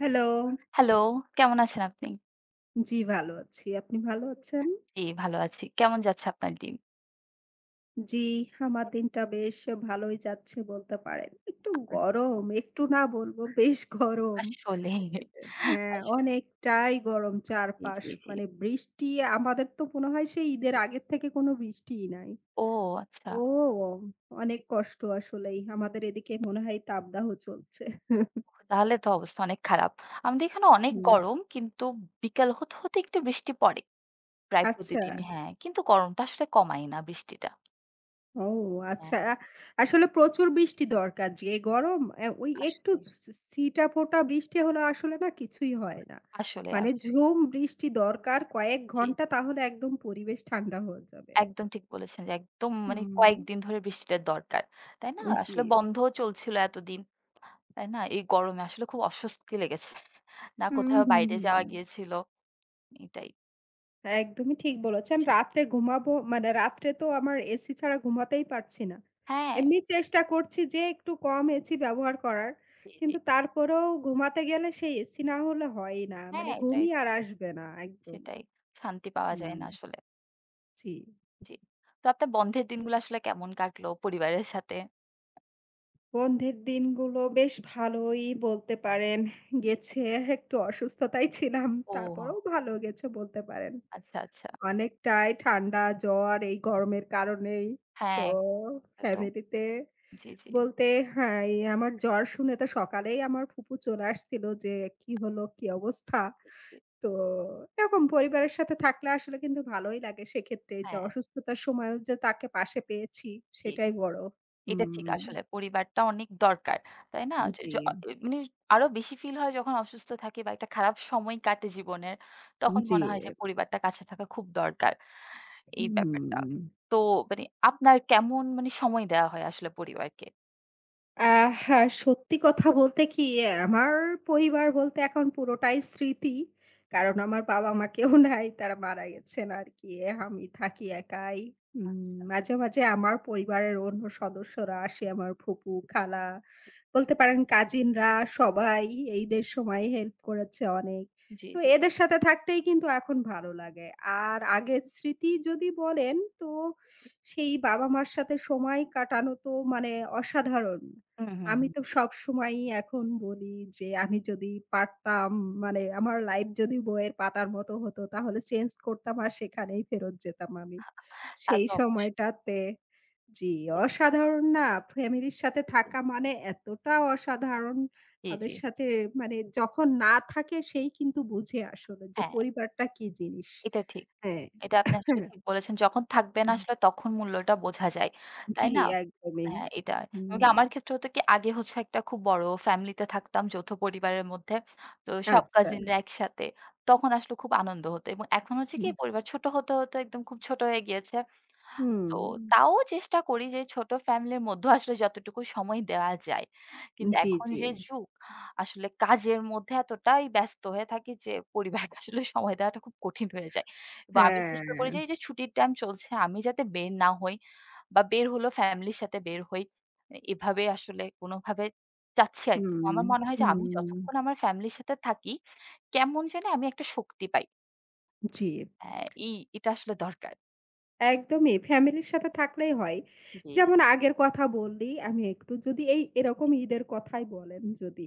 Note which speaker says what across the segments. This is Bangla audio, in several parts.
Speaker 1: হ্যালো।
Speaker 2: হ্যালো, কেমন আছেন আপনি?
Speaker 1: জি, ভালো আছি। আপনি ভালো আছেন?
Speaker 2: জি, ভালো আছি। কেমন যাচ্ছে আপনার দিন?
Speaker 1: জি, আমার দিনটা বেশ ভালোই যাচ্ছে বলতে পারেন। একটু
Speaker 2: আপনার
Speaker 1: গরম, একটু না বলবো বেশ গরম।
Speaker 2: আসলে,
Speaker 1: একদম। হ্যাঁ,
Speaker 2: আসলে
Speaker 1: অনেকটাই গরম
Speaker 2: জি,
Speaker 1: চারপাশ।
Speaker 2: জি, জি।
Speaker 1: মানে বৃষ্টি আমাদের তো মনে হয় সেই ঈদের আগের থেকে কোনো বৃষ্টিই নাই।
Speaker 2: ও আচ্ছা।
Speaker 1: ও! অনেক কষ্ট আসলেই। আমাদের এদিকে মনে হয় তাপদাহ চলছে।
Speaker 2: তাহলে তো অবস্থা অনেক খারাপ। আমাদের এখানে অনেক
Speaker 1: হুম,
Speaker 2: গরম কিন্তু বিকাল হতে, হতে একটু বৃষ্টি পড়ে। প্রায়
Speaker 1: আচ্ছা।
Speaker 2: প্রতিদিনই হ্যাঁ, কিন্তু গরমটা আসলে কমায় না বৃষ্টিটা।
Speaker 1: ও আচ্ছা।
Speaker 2: হ্যাঁ,
Speaker 1: আসলে প্রচুর বৃষ্টি দরকার। যে গরম ওই একটু
Speaker 2: আসলে,
Speaker 1: ছিটাফোঁটা বৃষ্টি হলে আসলে না কিছুই হয় না।
Speaker 2: আসলে,
Speaker 1: মানে
Speaker 2: আসলে।
Speaker 1: ঝুম বৃষ্টি দরকার কয়েক
Speaker 2: জি,
Speaker 1: ঘন্টা
Speaker 2: জি।
Speaker 1: তাহলে একদম পরিবেশ ঠান্ডা হয়ে যাবে আর।
Speaker 2: একদম ঠিক বলেছেন যে একদম মানে
Speaker 1: হুম।
Speaker 2: কয়েকদিন ধরে বৃষ্টিটার দরকার। তাই না?
Speaker 1: জি।
Speaker 2: আসলে বন্ধও চলছিল এতদিন। তাই না? এই গরমে আসলে খুব অস্বস্তি লেগেছে। না
Speaker 1: হুম,
Speaker 2: কোথাও হুম।
Speaker 1: হুম,
Speaker 2: বাইরে
Speaker 1: হুম।
Speaker 2: যাওয়া গিয়েছিল, এটাই।
Speaker 1: একদমই ঠিক বলেছেন। রাত্রে ঘুমাবো মানে রাত্রে তো আমার এসি ছাড়া ঘুমাতেই পারছি না।
Speaker 2: হ্যাঁ,
Speaker 1: এমনি চেষ্টা করছি যে একটু কম এসি ব্যবহার করার।
Speaker 2: জি, জি।
Speaker 1: কিন্তু তারপরেও ঘুমাতে গেলে সেই এসি না হলে হয়ই না।
Speaker 2: হ্যাঁ,
Speaker 1: মানে
Speaker 2: এটাই,
Speaker 1: ঘুমই আর আসবে না একদমই।
Speaker 2: সেটাই। শান্তি পাওয়া যায়
Speaker 1: হুম।
Speaker 2: না আসলে।
Speaker 1: জি।
Speaker 2: জি। তো আপনার বন্ধের দিনগুলো আসলে কেমন কাটলো পরিবারের সাথে?
Speaker 1: বন্ধের দিনগুলো বেশ ভালোই বলতে পারেন
Speaker 2: জি।
Speaker 1: গেছে। একটু অসুস্থতায় ছিলাম।
Speaker 2: ও
Speaker 1: তারপরেও ভালো গেছে বলতে পারেন।
Speaker 2: আচ্ছা, আচ্ছা।
Speaker 1: অনেকটাই ঠান্ডা, জ্বর এই গরমের কারণেই। তো
Speaker 2: হ্যাঁ, এটা তো।
Speaker 1: ফ্যামিলিতে
Speaker 2: জি, জি।
Speaker 1: বলতে হ্যাঁ, এই আমার জ্বর শুনে তো সকালেই আমার ফুপু চলে আসছিল যে, "কি হলো? কি অবস্থা?"
Speaker 2: জি, জি।
Speaker 1: তো এরকম পরিবারের সাথে থাকলে আসলে কিন্তু ভালোই লাগে সেক্ষেত্রে এই যে
Speaker 2: হ্যাঁ,
Speaker 1: অসুস্থতার সময়ও যে তাকে পাশে পেয়েছি
Speaker 2: জি।
Speaker 1: সেটাই বড়।
Speaker 2: এটা ঠিক
Speaker 1: হুম,
Speaker 2: আসলে পরিবারটা অনেক দরকার। তাই না? যে
Speaker 1: জি,
Speaker 2: য এ মানে আরো বেশি ফিল হয় যখন অসুস্থ থাকি বা একটা খারাপ সময় কাটে জীবনের। তখন
Speaker 1: জি,
Speaker 2: মনে হয় যে পরিবারটা কাছে থাকা খুব দরকার। এই ব্যাপারটা।
Speaker 1: হুম।
Speaker 2: তো মানে আপনার কেমন মানে সময় দেওয়া হয় আসলে পরিবারকে?
Speaker 1: আ হ্যাঁ, সত্যি কথা বলতে কি
Speaker 2: হুম,
Speaker 1: আমার পরিবার বলতে এখন পুরোটাই স্মৃতি। কারণ আমার বাবা-মা কেউ নাই, তারা মারা
Speaker 2: হুম,
Speaker 1: গেছেন আরকি। আমি থাকি একাই।
Speaker 2: আচ্ছা।
Speaker 1: মাঝে, মাঝে আমার পরিবারের অন্য সদস্যরা আসে, আমার ফুপু, খালা বলতে পারেন কাজিনরা সবাই ঈদের সময় হেল্প করেছে অনেক।
Speaker 2: জি,
Speaker 1: তো
Speaker 2: জি।
Speaker 1: এদের সাথে থাকতেই কিন্তু এখন ভালো লাগে। আর আগের স্মৃতি যদি বলেন তো সেই বাবা-মার সাথে সময় কাটানো তো মানে অসাধারণ।
Speaker 2: হুম, হুম,
Speaker 1: আমি
Speaker 2: হুম।
Speaker 1: তো সবসময়ই এখন বলি যে, "আমি যদি পারতাম মানে আমার লাইফ যদি বইয়ের পাতার মতো হতো তাহলে চেঞ্জ করতাম আর সেখানেই ফেরত যেতাম আমি।"
Speaker 2: তা
Speaker 1: সেই
Speaker 2: তো অবশ্যই।
Speaker 1: সময়টাতে জি,
Speaker 2: জি,
Speaker 1: অসাধারণ না? ফ্যামিলির সাথে
Speaker 2: জি,
Speaker 1: থাকা মানে এতটা অসাধারণ।
Speaker 2: জি, জি।
Speaker 1: তাদের সাথে মানে যখন না থাকে সেই কিন্তু বুঝে আসলে যে
Speaker 2: হ্যাঁ,
Speaker 1: পরিবারটা কি জিনিস।
Speaker 2: এটা ঠিক।
Speaker 1: হ্যাঁ,
Speaker 2: এটা আপনি আসলে
Speaker 1: হ্যাঁ।
Speaker 2: ঠিক বলেছেন। যখন থাকবেন
Speaker 1: হুম,
Speaker 2: আসলে তখন মূল্যটা বোঝা যায়।
Speaker 1: জি,
Speaker 2: তাই না?
Speaker 1: একদমই।
Speaker 2: হ্যাঁ, এটা। এমনকি
Speaker 1: হুম,
Speaker 2: আমার ক্ষেত্রে হতো কি আগে হচ্ছে একটা খুব বড় ফ্যামিলিতে থাকতাম যৌথ পরিবারের মধ্যে। তো সব
Speaker 1: আচ্ছা।
Speaker 2: কাজিনরা একসাথে। তখন আসলে খুব আনন্দ হতো এবং এখন হচ্ছে কি
Speaker 1: হুম,
Speaker 2: পরিবার ছোট হতে, হতে একদম খুব ছোট হয়ে গিয়েছে।
Speaker 1: হুম।
Speaker 2: তো তাও চেষ্টা করি যে ছোট ফ্যামিলির মধ্যেও আসলে যতটুকু সময় দেওয়া যায়। কিন্তু
Speaker 1: জি,
Speaker 2: এখন
Speaker 1: জি।
Speaker 2: যে যুগ আসলে কাজের মধ্যে এতটাই ব্যস্ত হয়ে থাকি যে পরিবারকে আসলে সময় দেওয়াটা খুব কঠিন হয়ে যায়। বা আমি চেষ্টা করি
Speaker 1: হ্যাঁ,
Speaker 2: যে এই যে ছুটির টাইম চলছে আমি যাতে বের না হই বা বের হলো ফ্যামিলির সাথে বের হই। মানে এভাবে আসলে কোনোভাবে চাচ্ছি আরকি।
Speaker 1: হুম,
Speaker 2: আমার মনে হয় যে আমি
Speaker 1: হুম,
Speaker 2: যতক্ষণ আমার ফ্যামিলির সাথে থাকি, কেমন জানি আমি একটা শক্তি পাই।
Speaker 1: জি।
Speaker 2: আ এটা আসলে দরকার।
Speaker 1: একদমই ফ্যামিলির সাথে থাকলেই হয়।
Speaker 2: জি।
Speaker 1: যেমন আগের কথা বললি, আমি একটু যদি এরকম
Speaker 2: জি,
Speaker 1: ঈদের কথাই বলেন যদি,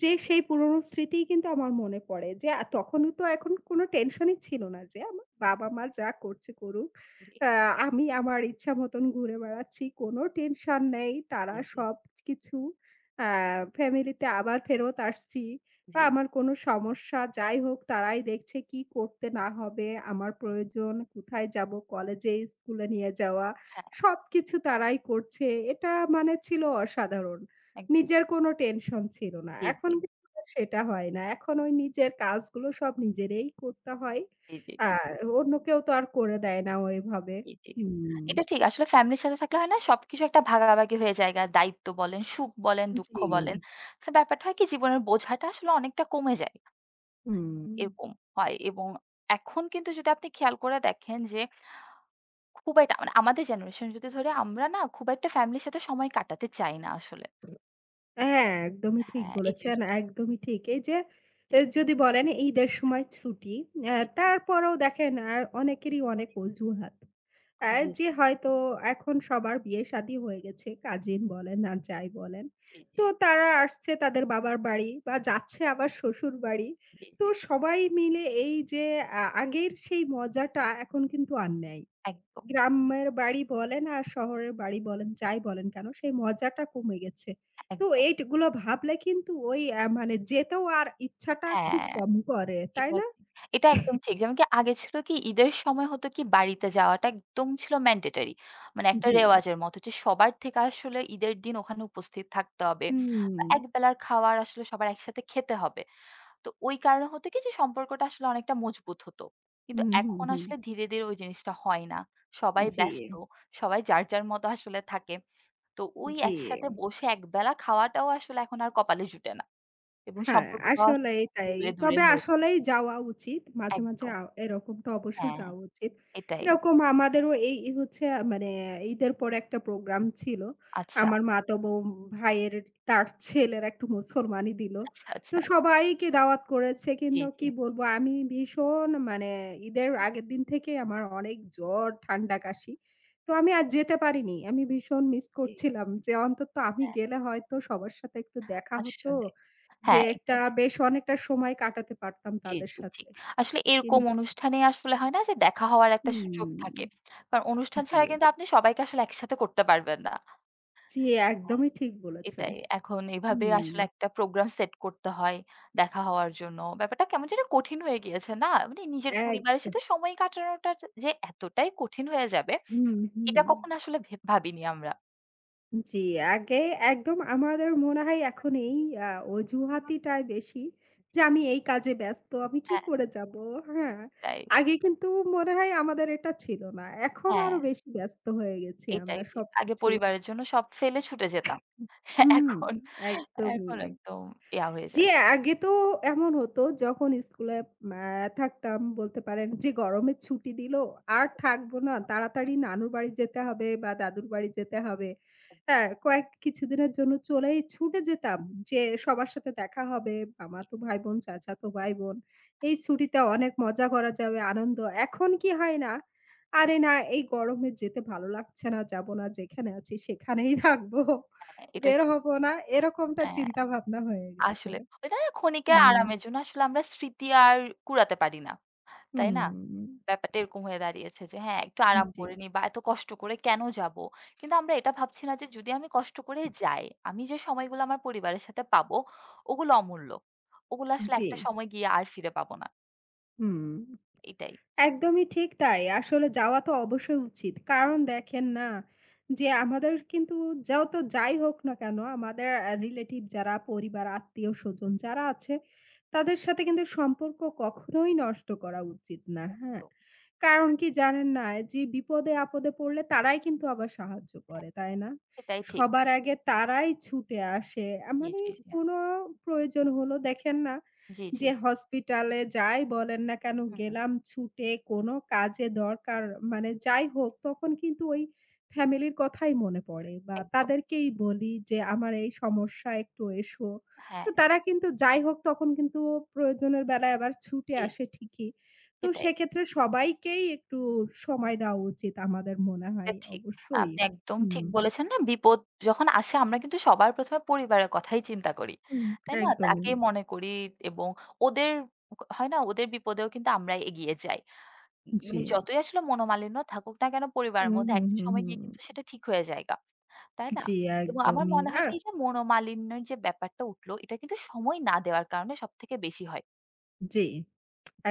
Speaker 1: যে সেই পুরনো স্মৃতিই কিন্তু আমার মনে পড়ে যে তখনও তো এখন কোনো টেনশনই ছিল না যে আমার বাবা-মা যা করছে করুক।
Speaker 2: জি,
Speaker 1: আ আমি আমার ইচ্ছা মতন ঘুরে বেড়াচ্ছি। কোনো টেনশন নেই। তারা
Speaker 2: জি, জি,
Speaker 1: সবকিছু আ ফ্যামিলিতে আবার ফেরত আসছি। বা
Speaker 2: জি।
Speaker 1: আমার কোনো সমস্যা যাই হোক তারাই দেখছে কি করতে না হবে, আমার প্রয়োজন, কোথায় যাবো, কলেজে, স্কুলে নিয়ে যাওয়া,
Speaker 2: হ্যাঁ,
Speaker 1: সবকিছু তারাই করছে। এটা মানে ছিল অসাধারণ।
Speaker 2: এক
Speaker 1: নিজের কোনো টেনশন ছিল না।
Speaker 2: জি,
Speaker 1: এখন
Speaker 2: জি,
Speaker 1: কিন্তু আর সেটা হয় না। এখন ওই নিজের কাজগুলো সব নিজেরই করতে হয়।
Speaker 2: জি,
Speaker 1: আর অন্য কেউ তো আর করে দেয় না ওইভাবে।
Speaker 2: জি, জি, জি।
Speaker 1: হুম,
Speaker 2: এটা ঠিক আসলে ফ্যামিলির সাথে থাকলে হয় না? সবকিছু একটা ভাগাভাগি হয়ে জায়গা। দায়িত্ব বলেন, সুখ বলেন, দুঃখ
Speaker 1: জি,
Speaker 2: বলেন। তো ব্যাপারটা হয় কি জীবনের বোঝাটা আসলে অনেকটা কমে যায়।
Speaker 1: হুম।
Speaker 2: এরকম হয় এবং এখন কিন্তু যদি আপনি খেয়াল করে দেখেন যে খুব একটা মানে আমাদের জেনারেশন যদি ধরি আমরা না খুব একটা ফ্যামিলির সাথে সময় কাটাতে চাই না আসলে।
Speaker 1: হ্যাঁ, একদমই ঠিক
Speaker 2: হ্যাঁ, এই
Speaker 1: বলেছেন,
Speaker 2: জিনিসটা
Speaker 1: একদমই ঠিক। এই যে
Speaker 2: জি,
Speaker 1: এ
Speaker 2: জি,
Speaker 1: যদি বলেন ঈদের
Speaker 2: জি।
Speaker 1: সময় ছুটি,
Speaker 2: জি, জি।
Speaker 1: তারপরেও দেখেন অনেকেরই অনেক অজুহাত। অ্যা যে হয়তো এখন সবার বিয়ে-শাদী হয়ে গেছে, কাজিন বলেন আর যাই বলেন।
Speaker 2: জি, জি,
Speaker 1: তো তারা আসছে তাদের বাবার বাড়ি বা যাচ্ছে আবার শ্বশুর বাড়ি।
Speaker 2: জি,
Speaker 1: তো
Speaker 2: জি।
Speaker 1: সবাই মিলে এই যে আগের সেই মজাটা এখন কিন্তু আর নেই।
Speaker 2: একদম,
Speaker 1: গ্রামের বাড়ি বলেন আর শহরের বাড়ি বলেন, যাই বলেন কেন সেই মজাটা কমে গেছে। তো
Speaker 2: একদম।
Speaker 1: এইগুলো ভাবলে কিন্তু ওই মানে যেতেও আর ইচ্ছাটা খুব
Speaker 2: হ্যাঁ।
Speaker 1: কম করে, তাই
Speaker 2: এটা
Speaker 1: না?
Speaker 2: ঠিক। এটা একদম ঠিক। যেমন কি আগে ছিল কি ঈদের সময় হতো কি বাড়িতে যাওয়াটা একদম ছিল ম্যান্ডেটরি। মানে একটা
Speaker 1: জি।
Speaker 2: রেওয়াজের মতো যে সবার থেকে আসলে ঈদের দিন ওখানে উপস্থিত থাকতে হবে। বা
Speaker 1: হুম,
Speaker 2: একবেলার খাওয়ার আসলে সবার একসাথে খেতে হবে। তো ওই কারণে হতো কি যে সম্পর্কটা আসলে অনেকটা মজবুত হতো। কিন্তু
Speaker 1: হুম, হুম,
Speaker 2: এখন
Speaker 1: হুম।
Speaker 2: আসলে ধীরে, ধীরে ওই জিনিসটা হয় না। সবাই
Speaker 1: জি,
Speaker 2: ব্যস্ত। সবাই যার, যার মতো আসলে থাকে। তো ওই
Speaker 1: জি।
Speaker 2: একসাথে বসে একবেলা খাওয়াটাও আসলে এখন আর কপালে জুটে না। এবং
Speaker 1: হ্যাঁ,
Speaker 2: সম্পর্কটাও আসলে
Speaker 1: আসলেই
Speaker 2: খুব
Speaker 1: তাই।
Speaker 2: দূরে, দূরে
Speaker 1: তবে
Speaker 2: হয়ে যায়।
Speaker 1: আসলেই যাওয়া উচিত। মাঝে, মাঝে
Speaker 2: একদম।
Speaker 1: এরকমটা অবশ্যই
Speaker 2: হ্যাঁ,
Speaker 1: যাওয়া উচিত।
Speaker 2: এটাই।
Speaker 1: এরকম আমাদেরও এই এই হচ্ছে মানে ঈদের পরে একটা প্রোগ্রাম ছিল।
Speaker 2: আচ্ছা,
Speaker 1: আমার মাতাতো ভাইয়ের তার ছেলের একটু মুসলমানি দিল।
Speaker 2: আচ্ছা,
Speaker 1: তো
Speaker 2: আচ্ছা।
Speaker 1: সবাইকে দাওয়াত করেছে।
Speaker 2: জি,
Speaker 1: কিন্তু
Speaker 2: জি।
Speaker 1: কি বলবো আমি ভীষণ মানে ঈদের আগের দিন থেকে আমার অনেক জ্বর, ঠান্ডা, কাশি। তো আমি আর যেতে পারিনি। আমি ভীষণ মিস
Speaker 2: জি, জি।
Speaker 1: করছিলাম যে অন্তত আমি
Speaker 2: হ্যাঁ,
Speaker 1: গেলে হয়তো সবার সাথে একটু দেখা হতো।
Speaker 2: আসলে।
Speaker 1: যে
Speaker 2: হ্যাঁ,
Speaker 1: একটা
Speaker 2: এটাই।
Speaker 1: বেশ অনেকটা সময় কাটাতে পারতাম
Speaker 2: জি,
Speaker 1: তাদের
Speaker 2: জি,
Speaker 1: সাথে।
Speaker 2: ঠিক। আসলে
Speaker 1: কিন
Speaker 2: এরকম অনুষ্ঠানে আসলে হয় না যে দেখা হওয়ার একটা সুযোগ
Speaker 1: হুম,
Speaker 2: থাকে। কারণ অনুষ্ঠান
Speaker 1: জি,
Speaker 2: ছাড়া কিন্তু আপনি সবাইকে আসলে একসাথে করতে পারবেন না।
Speaker 1: জি,
Speaker 2: হ্যাঁ,
Speaker 1: একদমই ঠিক বলেছেন।
Speaker 2: এটাই। এখন এভাবে
Speaker 1: হুম,
Speaker 2: আসলে একটা প্রোগ্রাম সেট করতে হয় দেখা হওয়ার জন্য। ব্যাপারটা কেমন যেন কঠিন হয়ে গিয়েছে না? মানে নিজের পরিবারের
Speaker 1: একদম।
Speaker 2: সাথে সময় কাটানোটা যে এতটাই কঠিন হয়ে যাবে,
Speaker 1: হুম, হুম।
Speaker 2: এটা কখনো আসলে ভাবিনি আমরা।
Speaker 1: জি, আগে একদম আমাদের মনে হয় এখন এই আ অজুহাতিটাই বেশি যে,
Speaker 2: জি।
Speaker 1: "আমি এই কাজে ব্যস্ত, আমি কি
Speaker 2: হ্যাঁ,
Speaker 1: করে যাব?" হ্যাঁ,
Speaker 2: তাই।
Speaker 1: আগে কিন্তু মনে হয় আমাদের এটা ছিল না। এখন
Speaker 2: হ্যাঁ,
Speaker 1: আরো বেশি ব্যস্ত হয়ে গেছি
Speaker 2: এটাই
Speaker 1: আমরা
Speaker 2: ঠিক। আগে
Speaker 1: সবকিছু
Speaker 2: পরিবারের জন্য সব ফেলে ছুটে যেতাম।
Speaker 1: হুম,
Speaker 2: এখন
Speaker 1: একদমই।
Speaker 2: এখন একদম ইয়া হয়ে
Speaker 1: জি,
Speaker 2: যায়।
Speaker 1: আগে তো এমন হতো যখন স্কুলে আ থাকতাম বলতে পারেন যে গরমের ছুটি দিল, আর থাকবো না। তাড়াতাড়ি নানুর বাড়ি যেতে হবে বা দাদুর বাড়ি যেতে হবে। হ্যাঁ, কিছুদিনের জন্য চলেই ছুটে যেতাম যে সবার সাথে দেখা হবে। মামাতো ভাই-বোন, চাচাতো ভাই-বোন। এই ছুটিতে অনেক মজা করা যাবে, আনন্দ। এখন কি হয় না? আরে না এই গরমে যেতে ভালো লাগছে না, যাব না। যেখানে আছি সেখানেই থাকবো।
Speaker 2: হ্যাঁ, এটা
Speaker 1: বের
Speaker 2: ঠিক।
Speaker 1: হব না। এরকমটা
Speaker 2: হ্যাঁ,
Speaker 1: চিন্তাভাবনা হয়ে গেছে।
Speaker 2: আসলে এটা না ক্ষণিকের
Speaker 1: হুম,
Speaker 2: আরামের জন্য আসলে আমরা স্মৃতি আর কুড়াতে পারি না। তাই না?
Speaker 1: হুম,
Speaker 2: ব্যাপারটা এরকম হয়ে দাঁড়িয়েছে যে হ্যাঁ, একটু আরাম
Speaker 1: জি,
Speaker 2: করে নিই বা এত কষ্ট করে কেন যাবো? কিন্তু আমরা এটা ভাবছি না যে যদি আমি কষ্ট করে যাই, আমি যে সময়গুলো আমার পরিবারের সাথে পাবো, ওগুলো অমূল্য। ওগুলো আসলে
Speaker 1: জি,
Speaker 2: একটা সময় গিয়ে আর ফিরে পাবো না।
Speaker 1: হুম।
Speaker 2: এটাই।
Speaker 1: একদমই ঠিক তাই। আসলে যাওয়া তো অবশ্যই উচিত।
Speaker 2: জি,
Speaker 1: কারণ দেখেন না, যে আমাদের কিন্তু যত যাই হোক না কেন আমাদের রিলেটিভ যারা পরিবার, আত্মীয়-স্বজন যারা আছে তাদের সাথে কিন্তু সম্পর্ক কখনোই নষ্ট করা উচিত না। হ্যাঁ?
Speaker 2: একদম।
Speaker 1: কারণ কি জানেন না? যে বিপদে-আপদে পড়লে তারাই কিন্তু আবার সাহায্য
Speaker 2: হ্যাঁ,
Speaker 1: করে, তাই না?
Speaker 2: এটাই ঠিক।
Speaker 1: সবার আগে তারাই ছুটে আসে।
Speaker 2: জি,
Speaker 1: মানে
Speaker 2: জি, জি।
Speaker 1: কোনো প্রয়োজন হলো দেখেন না
Speaker 2: জি, জি।
Speaker 1: যে হসপিটালে যাই বলেন না কেন
Speaker 2: হুম,
Speaker 1: গেলাম ছুটে কোনো কাজে দরকার মানে যাই হোক তখন কিন্তু ওই ফ্যামিলির কথাই মনে পড়ে বা
Speaker 2: একদম।
Speaker 1: তাদেরকেই বলি যে আমার এই সমস্যা একটু এসো। তো
Speaker 2: হ্যাঁ,
Speaker 1: তারা কিন্তু যাই হোক তখন কিন্তু প্রয়োজনের বেলায় আবার ছুটে
Speaker 2: জি,
Speaker 1: আসে
Speaker 2: জি।
Speaker 1: ঠিকই। তো
Speaker 2: এটাই।
Speaker 1: সেক্ষেত্রে সবাইকেই একটু সময় দেওয়া উচিত আমাদের মনে
Speaker 2: এটা
Speaker 1: হয়
Speaker 2: ঠিক।
Speaker 1: অবশ্যই।
Speaker 2: আপনি একদম ঠিক
Speaker 1: হুম,
Speaker 2: বলেছেন না? বিপদ যখন আসে আমরা কিন্তু সবার ১ম এ পরিবারের কথাই চিন্তা করি।
Speaker 1: হুম,
Speaker 2: তাই না?
Speaker 1: একদমই।
Speaker 2: তাকেই মনে করি এবং ওদের ক হয় না? ওদের বিপদেও কিন্তু আমরা এগিয়ে যাই।
Speaker 1: জি।
Speaker 2: মানে যতই আসলে মনোমালিন্য থাকুক না কেন পরিবারের
Speaker 1: হুম,
Speaker 2: মধ্যে
Speaker 1: হুম,
Speaker 2: একটা
Speaker 1: হুম,
Speaker 2: সময়
Speaker 1: হুম।
Speaker 2: গিয়ে কিন্তু সেটা ঠিক হয়ে যায়গা। তাই না?
Speaker 1: জি,
Speaker 2: এবং আমার
Speaker 1: একদমই।
Speaker 2: মনে হয় কি যে মনোমালিন্যের যে ব্যাপারটা উঠল, এটা কিন্তু সময় না দেওয়ার কারণে সবথেকে বেশি হয়।
Speaker 1: জি।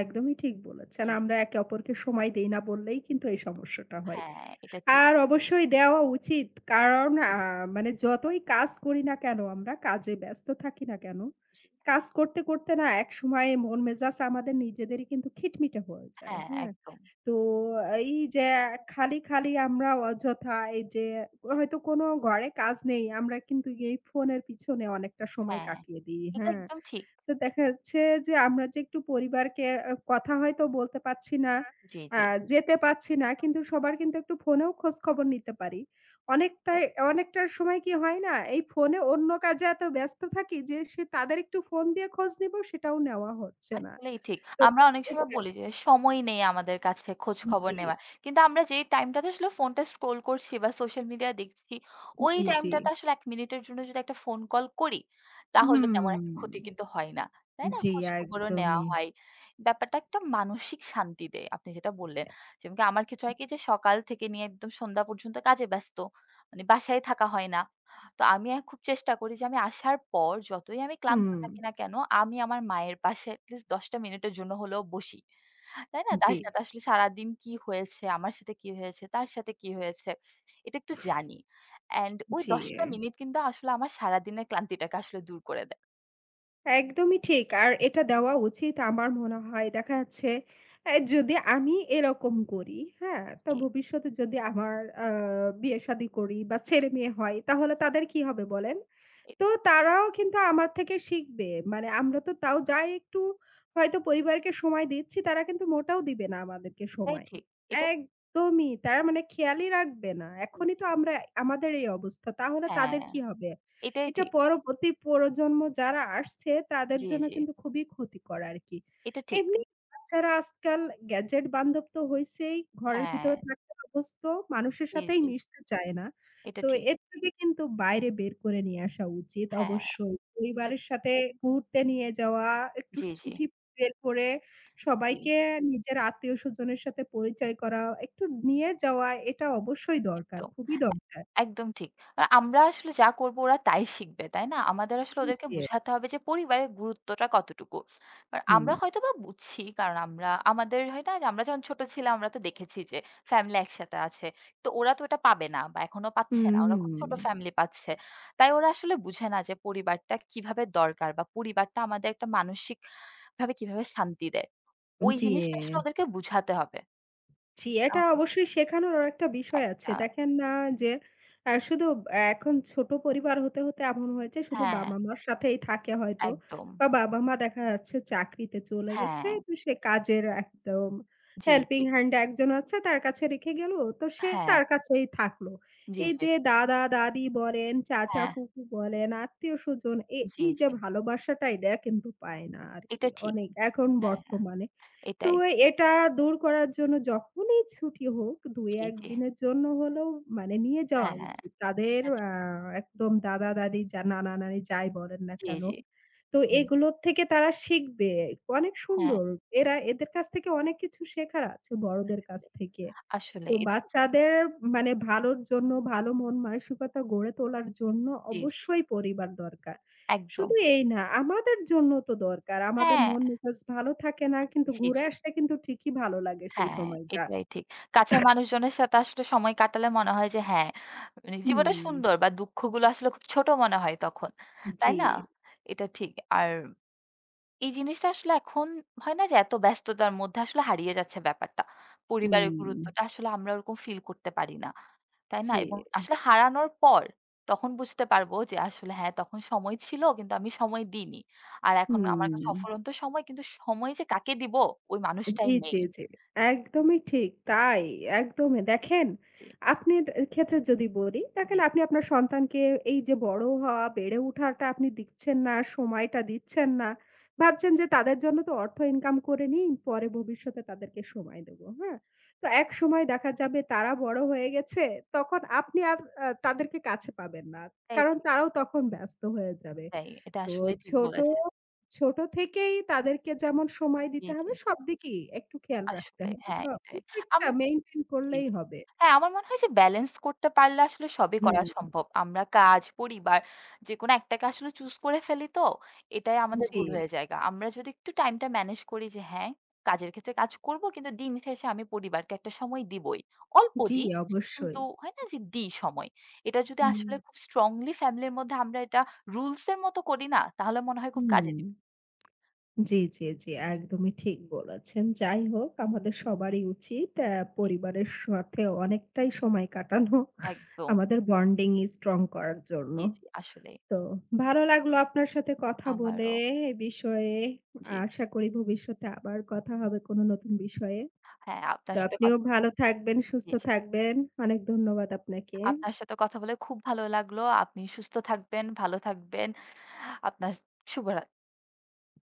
Speaker 1: একদমই ঠিক বলেছেন।
Speaker 2: জি।
Speaker 1: আমরা একে অপরকে সময় দেই না বললেই কিন্তু এই সমস্যাটা হয়।
Speaker 2: হ্যাঁ, এটা ঠিক।
Speaker 1: আর অবশ্যই দেওয়া উচিত। কারণ মানে যতই কাজ করি না কেন আমরা, কাজে ব্যস্ত থাকি না কেন,
Speaker 2: জি।
Speaker 1: কাজ করতে, করতে না একসময় মন মেজাজ আমাদের নিজেদেরই কিন্তু খিটমিটে হয়ে যায়।
Speaker 2: হ্যাঁ,
Speaker 1: হ্যাঁ?
Speaker 2: একদম।
Speaker 1: তো এই যে খালি, খালি আমরা অযথা এই যে হয়তো কোনো ঘরে কাজ নেই, আমরা কিন্তু এই ফোনের পিছনে অনেকটা সময়
Speaker 2: হ্যাঁ,
Speaker 1: কাটিয়ে দিই।
Speaker 2: এটা
Speaker 1: হ্যাঁ।
Speaker 2: একদম ঠিক।
Speaker 1: তো দেখা যাচ্ছে যে আমরা যে একটু পরিবারকে কথা হয়তো বলতে পারছি না,
Speaker 2: জি,
Speaker 1: আ
Speaker 2: জি।
Speaker 1: যেতে পারছি না কিন্তু সবার কিন্তু একটু ফোনেও খোঁজখবর নিতে পারি। অনেকটাই অনেকটার সময় কি হয় না এই ফোনে অন্য কাজে এত ব্যস্ত থাকি যে সে তাদের একটু ফোন দিয়ে খোঁজ নিব সেটাও নেওয়া হচ্ছে না।
Speaker 2: আসলেই ঠিক।
Speaker 1: তো
Speaker 2: আমরা অনেক সময়
Speaker 1: এটা
Speaker 2: বলি যে সময় নেই আমাদের কাছে খোঁজ খবর
Speaker 1: জি,
Speaker 2: নেওয়ার। কিন্তু আমরা যেই টাইমটাতে আসলে ফোনটা স্ক্রল করছি বা সোশ্যাল মিডিয়া দেখছি, ওই
Speaker 1: জি, জি।
Speaker 2: টাইমটাতে আসলে ১ মিনিটের জন্য যদি একটা ফোন কল করি, তাহলে তেমন
Speaker 1: হুম।
Speaker 2: একটা ক্ষতি কিন্তু হয় না। তাই না?
Speaker 1: জি,
Speaker 2: খোঁজ খবরও নেওয়া
Speaker 1: একদমই।
Speaker 2: হয়। ব্যাপারটা একটা মানসিক শান্তি দেয়। আপনি যেটা বললেন। যেমন কি আমার ক্ষেত্রে হয় কি যে সকাল থেকে নিয়ে একদম সন্ধ্যা পর্যন্ত কাজে ব্যস্ত। মানে বাসায় থাকা হয় না। তো আমি এ খুব চেষ্টা করি যে আমি আসার পর যতই আমি ক্লান্ত
Speaker 1: হুম।
Speaker 2: থাকি না কেন, আমি আমার মায়ের পাশে এটলিস্ট ১০ টা মিনিটের জন্য হলেও বসি। তাই না? তার
Speaker 1: জি,
Speaker 2: সাথে আসলে সারাদিন কি হয়েছে, আমার সাথে কি হয়েছে, তার সাথে কি হয়েছে, এটা একটু জানি। অ্যান্ড ওই
Speaker 1: জি।
Speaker 2: ১০ টা মিনিট কিন্তু আসলে আমার সারাদিনের ক্লান্তিটাকে আসলে দূর করে দেয়।
Speaker 1: একদমই ঠিক। আর এটা দেওয়া উচিত আমার মনে হয়। দেখা যাচ্ছে এ যদি আমি এরকম করি, হ্যাঁ? তো
Speaker 2: জি।
Speaker 1: ভবিষ্যতে যদি আমার আ বিয়ে-শাদী করি বা ছেলে-মেয়ে হয় তাহলে তাদের কি হবে বলেন?
Speaker 2: এ
Speaker 1: তো তারাও কিন্তু আমার থেকে শিখবে। মানে আমরা তো তাও যাই একটু হয়তো পরিবারকে সময় দিচ্ছি তারা কিন্তু মোটেও দিবে না আমাদেরকে
Speaker 2: এটাই
Speaker 1: সময়।
Speaker 2: ঠিক। এটা
Speaker 1: একদমই। তারা মানে খেয়ালই রাখবে না।
Speaker 2: জি,
Speaker 1: এখনই
Speaker 2: জি।
Speaker 1: তো আমরা আমাদের এই অবস্থা। তাহলে তাদের
Speaker 2: হ্যাঁ,
Speaker 1: কি হবে?
Speaker 2: এটাই
Speaker 1: এটা
Speaker 2: ঠিক।
Speaker 1: পরবর্তী প্রজন্ম যারা আসছে তাদের
Speaker 2: জি,
Speaker 1: জন্য
Speaker 2: জি।
Speaker 1: কিন্তু খুবই ক্ষতিকর আরকি।
Speaker 2: এটা ঠিক।
Speaker 1: এমনি বাচ্চারা আজকাল গ্যাজেট বান্ধব তো হইছেই, ঘরের
Speaker 2: হ্যাঁ,
Speaker 1: ভিতরে থাকতে অভ্যস্ত, মানুষের
Speaker 2: জি,
Speaker 1: সাথেই
Speaker 2: জি।
Speaker 1: মিশতে চায় না।
Speaker 2: এটা
Speaker 1: তো
Speaker 2: ঠিক।
Speaker 1: এর থেকে কিন্তু বাইরে বের করে নিয়ে আসা উচিত
Speaker 2: হ্যাঁ,
Speaker 1: অবশ্যই।
Speaker 2: এটা
Speaker 1: পরিবারের
Speaker 2: ঠিক।
Speaker 1: সাথে ঘুরতে নিয়ে যাওয়া, একটু
Speaker 2: জি, জি।
Speaker 1: ছুটি বের করে
Speaker 2: জি,
Speaker 1: সবাইকে
Speaker 2: জি।
Speaker 1: নিজের আত্মীয়স্বজনের সাথে পরিচয় করা, একটু নিয়ে যাওয়া এটা অবশ্যই দরকার,
Speaker 2: একদম।
Speaker 1: খুবই দরকার।
Speaker 2: একদম ঠিক। আমরা আসলে যা করব ওরা তাই শিখবে, তাই না? আমাদের
Speaker 1: জি,
Speaker 2: আসলে ওদেরকে
Speaker 1: জি,
Speaker 2: বুঝাতে হবে যে পরিবারের গুরুত্বটা কতটুকু। আর
Speaker 1: হুম,
Speaker 2: আমরা হয়তোবা বুঝছি কারণ আমরা আমাদের হয় না যে আমরা যখন ছোট ছিলাম আমরা তো দেখেছি যে ফ্যামিলি একসাথে আছে। তো ওরা তো এটা পাবে না বা এখনো পাচ্ছে
Speaker 1: হুম।
Speaker 2: না। ওরা
Speaker 1: হুম
Speaker 2: খুব ছোট ফ্যামিলি পাচ্ছে। তাই ওরা আসলে বুঝে না যে পরিবারটা কিভাবে দরকার বা পরিবারটা আমাদের একটা মানসিকভাবে কিভাবে শান্তি দেয়। ওই
Speaker 1: জি,
Speaker 2: জিনিসটা আসলে ওদেরকে বুঝাতে হবে।
Speaker 1: জি, এটা
Speaker 2: আহ
Speaker 1: অবশ্যই শেখানোর একটা বিষয় আছে।
Speaker 2: একটা
Speaker 1: দেখেন না যে শুধু এখন ছোট পরিবার হতে, হতে এমন হয়েছে শুধু
Speaker 2: হ্যাঁ,
Speaker 1: বাবা-মার সাথেই থাকে হয়তো
Speaker 2: একদম।
Speaker 1: বা বাবা-মা দেখা যাচ্ছে চাকরিতে চলে গেছে।
Speaker 2: হ্যাঁ।
Speaker 1: তো সে কাজের একদম
Speaker 2: জি,
Speaker 1: হেল্পিং
Speaker 2: জি।
Speaker 1: হ্যান্ড একজন আছে তার কাছে রেখে গেল। তো সে
Speaker 2: হ্যাঁ,
Speaker 1: তার কাছেই থাকলো।
Speaker 2: জি,
Speaker 1: এই
Speaker 2: জি।
Speaker 1: যে দাদা-দাদি বলেন,
Speaker 2: হ্যাঁ,
Speaker 1: চাচা-ফুফু বলেন, আত্মীয়-স্বজন
Speaker 2: জি,
Speaker 1: এই যে
Speaker 2: জি।
Speaker 1: ভালোবাসাটা এটা কিন্তু পায় না আরকি
Speaker 2: এটা ঠিক।
Speaker 1: অনেক এখন
Speaker 2: হ্যাঁ,
Speaker 1: বর্তমানে। তো
Speaker 2: এটাই।
Speaker 1: এটা দূর করার জন্য যখনই ছুটি হোক
Speaker 2: জি,
Speaker 1: ২-১
Speaker 2: জি।
Speaker 1: দিনের জন্য হলেও মানে নিয়ে যাওয়া
Speaker 2: হ্যাঁ,
Speaker 1: উচিত। তাদের
Speaker 2: এটা ঠিক।
Speaker 1: আ একদম দাদা-দাদি যা নানা-নানি যাই বলেন না
Speaker 2: জি,
Speaker 1: কেন।
Speaker 2: জি।
Speaker 1: তো
Speaker 2: হুম,
Speaker 1: এগুলোর থেকে তারা শিখবে। অনেক
Speaker 2: হ্যাঁ।
Speaker 1: সুন্দর। এরা এদের কাছ থেকে অনেক কিছু শেখার আছে বড়দের কাছ থেকে।
Speaker 2: আসলে
Speaker 1: তো
Speaker 2: এটা ঠিক।
Speaker 1: বাচ্চাদের মানে ভালোর জন্য, ভালো মন মানসিকতা গড়ে তোলার জন্য
Speaker 2: জি, জি।
Speaker 1: অবশ্যই পরিবার দরকার।
Speaker 2: একদম।
Speaker 1: শুধু এই না, আমাদের জন্য তো দরকার। আমাদের
Speaker 2: হ্যাঁ,
Speaker 1: মন মেজাজ ভালো থাকে না, কিন্তু
Speaker 2: জি,
Speaker 1: ঘুরে
Speaker 2: জি।
Speaker 1: আসলে কিন্তু ঠিকই ভালো লাগে সেই
Speaker 2: হ্যাঁ,
Speaker 1: সময়টা।
Speaker 2: এটাই ঠিক। কাছের মানুষজনের সাথে আসলে সময় কাটালে মনে হয় যে হ্যাঁ, মানে জীবনটা
Speaker 1: হুম,
Speaker 2: সুন্দর বা দুঃখগুলো আসলে খুব ছোট মনে হয় তখন। তাই
Speaker 1: জি।
Speaker 2: না? এটা ঠিক। আর এই জিনিসটা আসলে এখন হয় না যে এত ব্যস্ততার মধ্যে আসলে হারিয়ে যাচ্ছে ব্যাপারটা। হুম। পরিবারের
Speaker 1: হুম,
Speaker 2: গুরুত্বটা আসলে আমরা ওরকম ফিল করতে পারি না। তাই না?
Speaker 1: জি।
Speaker 2: এবং আসলে হারানোর পর তখন বুঝতে পারব যে আসলে হ্যাঁ, তখন সময় ছিল কিন্তু আমি সময় দিইনি। আর এখন আমার
Speaker 1: হুম।
Speaker 2: কাছে অফুরন্ত সময় কিন্তু সময় যে কাকে দিব ওই মানুষটাই
Speaker 1: জি,
Speaker 2: নেই।
Speaker 1: জি, জি। একদমই ঠিক। তাই, একদমই। দেখেন,
Speaker 2: জি,
Speaker 1: আপনার ক্ষেত্রে যদি বলি,
Speaker 2: জি,
Speaker 1: দেখেন
Speaker 2: জি।
Speaker 1: আপনি আপনার সন্তানকে এই যে বড় হওয়া, বেড়ে উঠাটা আপনি দিচ্ছেন না, সময়টা দিচ্ছেন না। ভাবছেন যে তাদের জন্য তো অর্থ ইনকাম করে নিই, পরে ভবিষ্যতে তাদেরকে সময় দেব। হ্যাঁ? তো একসময় দেখা যাবে তারা বড় হয়ে গেছে, তখন আপনি আর তাদেরকে কাছে পাবেন না।
Speaker 2: এটাই
Speaker 1: কারণ
Speaker 2: ঠিক,
Speaker 1: তারাও তখন ব্যস্ত হয়ে যাবে।
Speaker 2: এটাই। এটা
Speaker 1: তো
Speaker 2: আসলে ঠিক
Speaker 1: ছোট
Speaker 2: বলেছেন।
Speaker 1: ছোট থেকেই তাদেরকে যেমন সময়
Speaker 2: জি,
Speaker 1: দিতে
Speaker 2: জি।
Speaker 1: হবে, সবদিকেই একটু খেয়াল রাখতে
Speaker 2: আসলেই
Speaker 1: হবে।
Speaker 2: হ্যাঁ,
Speaker 1: সব
Speaker 2: এটাই। আম
Speaker 1: প্রত্যেকটা মেইনটেইন
Speaker 2: জি,
Speaker 1: করলেই
Speaker 2: জি।
Speaker 1: হবে।
Speaker 2: হ্যাঁ, আমার মনে হয় যে ব্যালেন্স করতে পারলে আসলে সবই করা
Speaker 1: হুম,
Speaker 2: সম্ভব। আমরা কাজ, পরিবার যেকোনো একটাকে আসলে চুজ করে ফেলি তো, এটাই আমাদের
Speaker 1: জি,
Speaker 2: ভুল হয়ে যায়গা। আমরা যদি একটু টাইমটা ম্যানেজ করি যে হ্যাঁ, কাজের ক্ষেত্রে কাজ করব কিন্তু দিন শেষে আমি পরিবারকে একটা সময় দিবই। অল্প
Speaker 1: জি
Speaker 2: দিই,
Speaker 1: অবশ্যই।
Speaker 2: কিন্তু হয় না যে দিই সময়। এটা যদি
Speaker 1: হুম,
Speaker 2: আসলে খুব স্ট্রংলি ফ্যামিলির মধ্যে আমরা এটা রুলস এর মতো করি না, তাহলে মনে হয় খুব কাজে
Speaker 1: হুম।
Speaker 2: দিবে।
Speaker 1: জি, জি, জি,
Speaker 2: জি,
Speaker 1: একদমই ঠিক বলেছেন। যাই হোক আমাদের সবারই উচিত
Speaker 2: জি,
Speaker 1: পরিবারের সাথে অনেকটাই সময় কাটানো
Speaker 2: একদম।
Speaker 1: আমাদের বন্ডিং স্ট্রং করার জন্য।
Speaker 2: জি, জি, আসলেই।
Speaker 1: তো ভালো লাগলো আপনার সাথে কথা বলে
Speaker 2: আমারও
Speaker 1: এ বিষয়ে।
Speaker 2: জি, জি।
Speaker 1: আশা করি ভবিষ্যতে আবার কথা হবে কোনো নতুন বিষয়ে।
Speaker 2: হ্যাঁ,
Speaker 1: তো
Speaker 2: আপনার সাথে
Speaker 1: আপনিও
Speaker 2: কথা
Speaker 1: ভালো থাকবেন,
Speaker 2: জি,
Speaker 1: সুস্থ
Speaker 2: জি।
Speaker 1: থাকবেন। অনেক ধন্যবাদ আপনাকে।
Speaker 2: আপনার সাথে কথা বলে খুব ভালো লাগলো। আপনি সুস্থ থাকবেন, ভালো থাকবেন। আপনার শুভরা